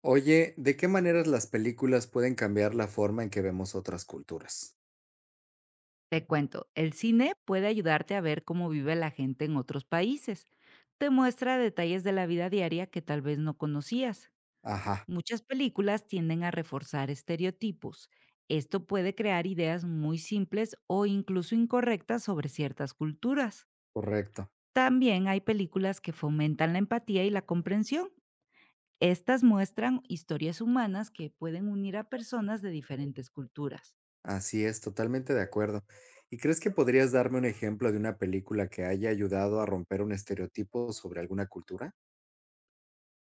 Oye, ¿de qué maneras las películas pueden cambiar la forma en que vemos otras culturas? Te cuento, el cine puede ayudarte a ver cómo vive la gente en otros países. Te muestra detalles de la vida diaria que tal vez no conocías. Ajá, Muchas películas tienden a reforzar estereotipos. Esto puede crear ideas muy simples o incluso incorrectas sobre ciertas culturas. correcto. También hay películas que fomentan la empatía y la comprensión. Estas muestran historias humanas que pueden unir a personas de diferentes culturas. Así es, totalmente de acuerdo. ¿Y crees que podrías darme un ejemplo de una película que haya ayudado a romper un estereotipo sobre alguna cultura?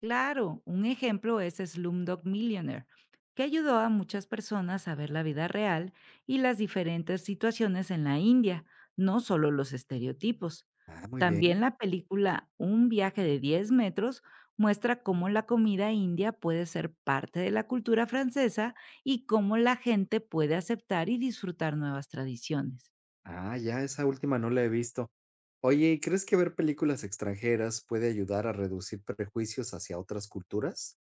Claro, un ejemplo es Slumdog Millionaire, que ayudó a muchas personas a ver la vida real y las diferentes situaciones en la India, no solo los estereotipos. Ah, muy También bien. la película Un viaje de diez metros muestra cómo la comida india puede ser parte de la cultura francesa y cómo la gente puede aceptar y disfrutar nuevas tradiciones. Ah, ya, esa última no la he visto. Oye, ¿y crees que ver películas extranjeras puede ayudar a reducir prejuicios hacia otras culturas?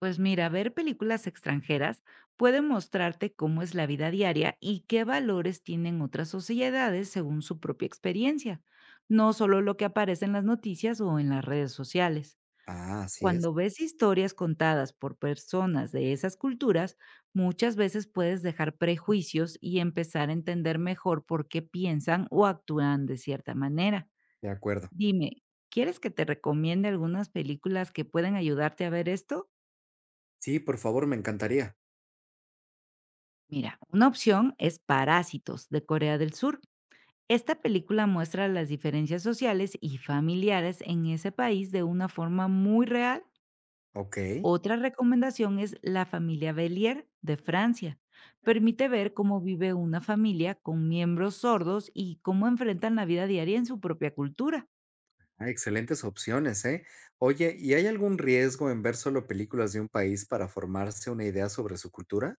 Pues mira, ver películas extranjeras puede mostrarte cómo es la vida diaria y qué valores tienen otras sociedades según su propia experiencia, no solo lo que aparece en las noticias o en las redes sociales. Ah, así es, Cuando ves historias contadas por personas de esas culturas, muchas veces puedes dejar prejuicios y empezar a entender mejor por qué piensan o actúan de cierta manera. de acuerdo. Dime, ¿quieres que te recomiende algunas películas que pueden ayudarte a ver esto? Sí, por favor, me encantaría. Mira, una opción es Parásitos, de Corea del Sur. Esta película muestra las diferencias sociales y familiares en ese país de una forma muy real. Ok. Otra recomendación es La familia Belier, de Francia. Permite ver cómo vive una familia con miembros sordos y cómo enfrentan la vida diaria en su propia cultura. Ah, excelentes opciones, ¿eh? Oye, ¿y hay algún riesgo en ver solo películas de un país para formarse una idea sobre su cultura?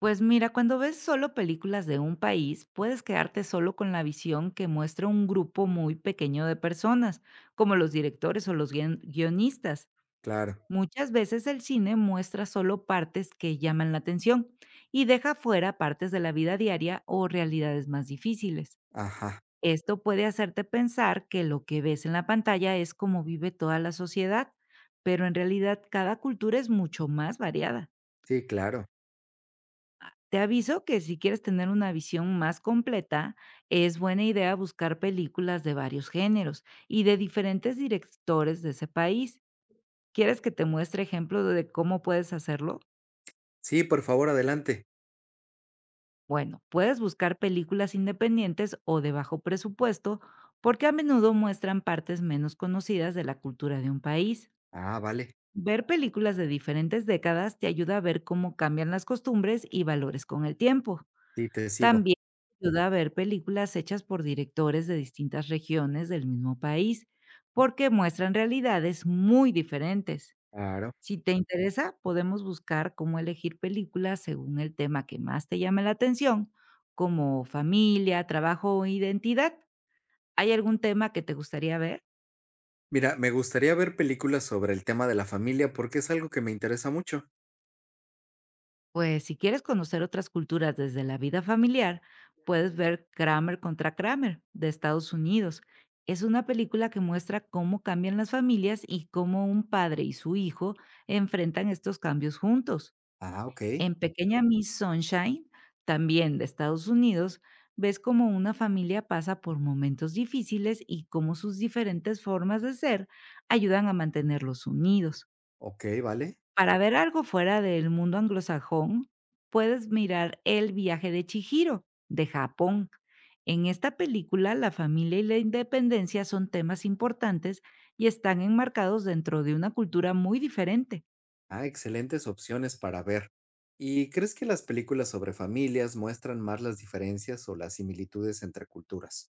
Pues mira, cuando ves solo películas de un país, puedes quedarte solo con la visión que muestra un grupo muy pequeño de personas, como los directores o los guionistas. Claro. Muchas veces el cine muestra solo partes que llaman la atención y deja fuera partes de la vida diaria o realidades más difíciles. Ajá. Esto puede hacerte pensar que lo que ves en la pantalla es como vive toda la sociedad, pero en realidad cada cultura es mucho más variada. Sí, claro. Te aviso que, si quieres tener una visión más completa, es buena idea buscar películas de varios géneros y de diferentes directores de ese país. ¿Quieres que te muestre ejemplos de cómo puedes hacerlo? Sí, por favor, adelante. Bueno, puedes buscar películas independientes o de bajo presupuesto, porque a menudo muestran partes menos conocidas de la cultura de un país. Ah, vale. Ver películas de diferentes décadas te ayuda a ver cómo cambian las costumbres y valores con el tiempo. Sí, te sigo. También ayuda a ver películas hechas por directores de distintas regiones del mismo país, porque muestran realidades muy diferentes. Claro. Si te interesa, podemos buscar cómo elegir películas según el tema que más te llame la atención, como familia, trabajo o identidad. ¿Hay algún tema que te gustaría ver? Mira, me gustaría ver películas sobre el tema de la familia porque es algo que me interesa mucho. Pues si quieres conocer otras culturas desde la vida familiar, puedes ver Kramer contra Kramer, de Estados Unidos. Es una película que muestra cómo cambian las familias y cómo un padre y su hijo enfrentan estos cambios juntos. Ah, ok. En Pequeña Miss Sunshine, también de Estados Unidos, ves cómo una familia pasa por momentos difíciles y cómo sus diferentes formas de ser ayudan a mantenerlos unidos. Ok, vale. Para ver algo fuera del mundo anglosajón, puedes mirar El viaje de Chihiro, de Japón. En esta película, la familia y la independencia son temas importantes y están enmarcados dentro de una cultura muy diferente. Ah, excelentes opciones para ver. ¿Y crees que las películas sobre familias muestran más las diferencias o las similitudes entre culturas?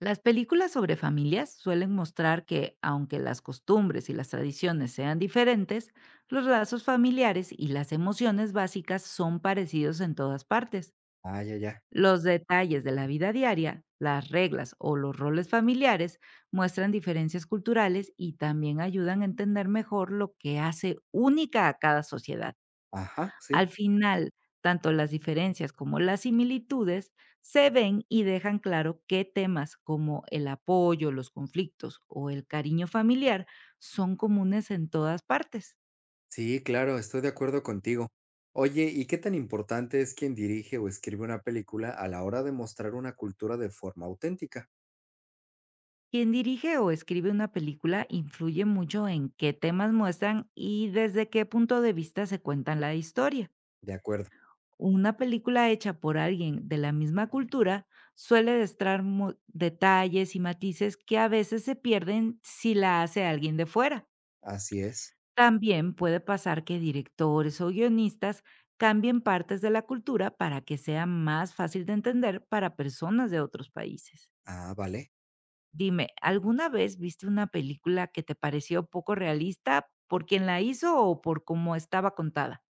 Las películas sobre familias suelen mostrar que, aunque las costumbres y las tradiciones sean diferentes, los lazos familiares y las emociones básicas son parecidos en todas partes. Ah, ya, ya. Los detalles de la vida diaria, las reglas o los roles familiares muestran diferencias culturales y también ayudan a entender mejor lo que hace única a cada sociedad. Ajá, sí. Al final, tanto las diferencias como las similitudes se ven y dejan claro qué temas, como el apoyo, los conflictos o el cariño familiar, son comunes en todas partes. Sí, claro, estoy de acuerdo contigo. Oye, ¿y qué tan importante es quien dirige o escribe una película a la hora de mostrar una cultura de forma auténtica? Quien dirige o escribe una película influye mucho en qué temas muestran y desde qué punto de vista se cuentan la historia. De acuerdo, Una película hecha por alguien de la misma cultura suele detalles y matices que a veces se pierden si la hace alguien de fuera. así es. También puede pasar que directores o guionistas cambien partes de la cultura para que sea más fácil de entender para personas de otros países. Ah, vale. Dime, ¿alguna vez viste una película que te pareció poco realista por quien la hizo o por cómo estaba contada?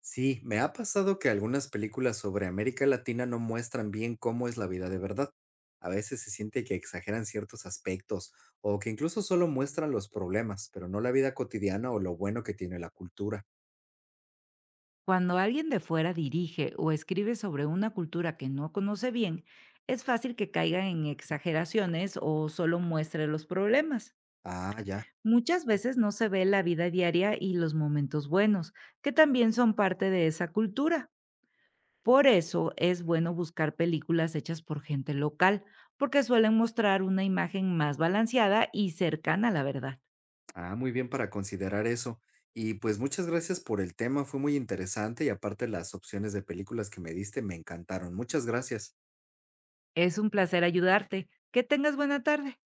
Sí, me ha pasado que algunas películas sobre América Latina no muestran bien cómo es la vida de verdad. A veces se siente que exageran ciertos aspectos o que incluso solo muestran los problemas, pero no la vida cotidiana o lo bueno que tiene la cultura. Cuando alguien de fuera dirige o escribe sobre una cultura que no conoce bien, es fácil que caiga en exageraciones o solo muestre los problemas. Ah, ya. Muchas veces no se ve la vida diaria y los momentos buenos, que también son parte de esa cultura. Por eso es bueno buscar películas hechas por gente local, porque suelen mostrar una imagen más balanceada y cercana a la verdad. Ah, muy bien para considerar eso. Y pues muchas gracias por el tema, fue muy interesante y aparte las opciones de películas que me diste me encantaron. Muchas gracias. Es un placer ayudarte. Que tengas buena tarde.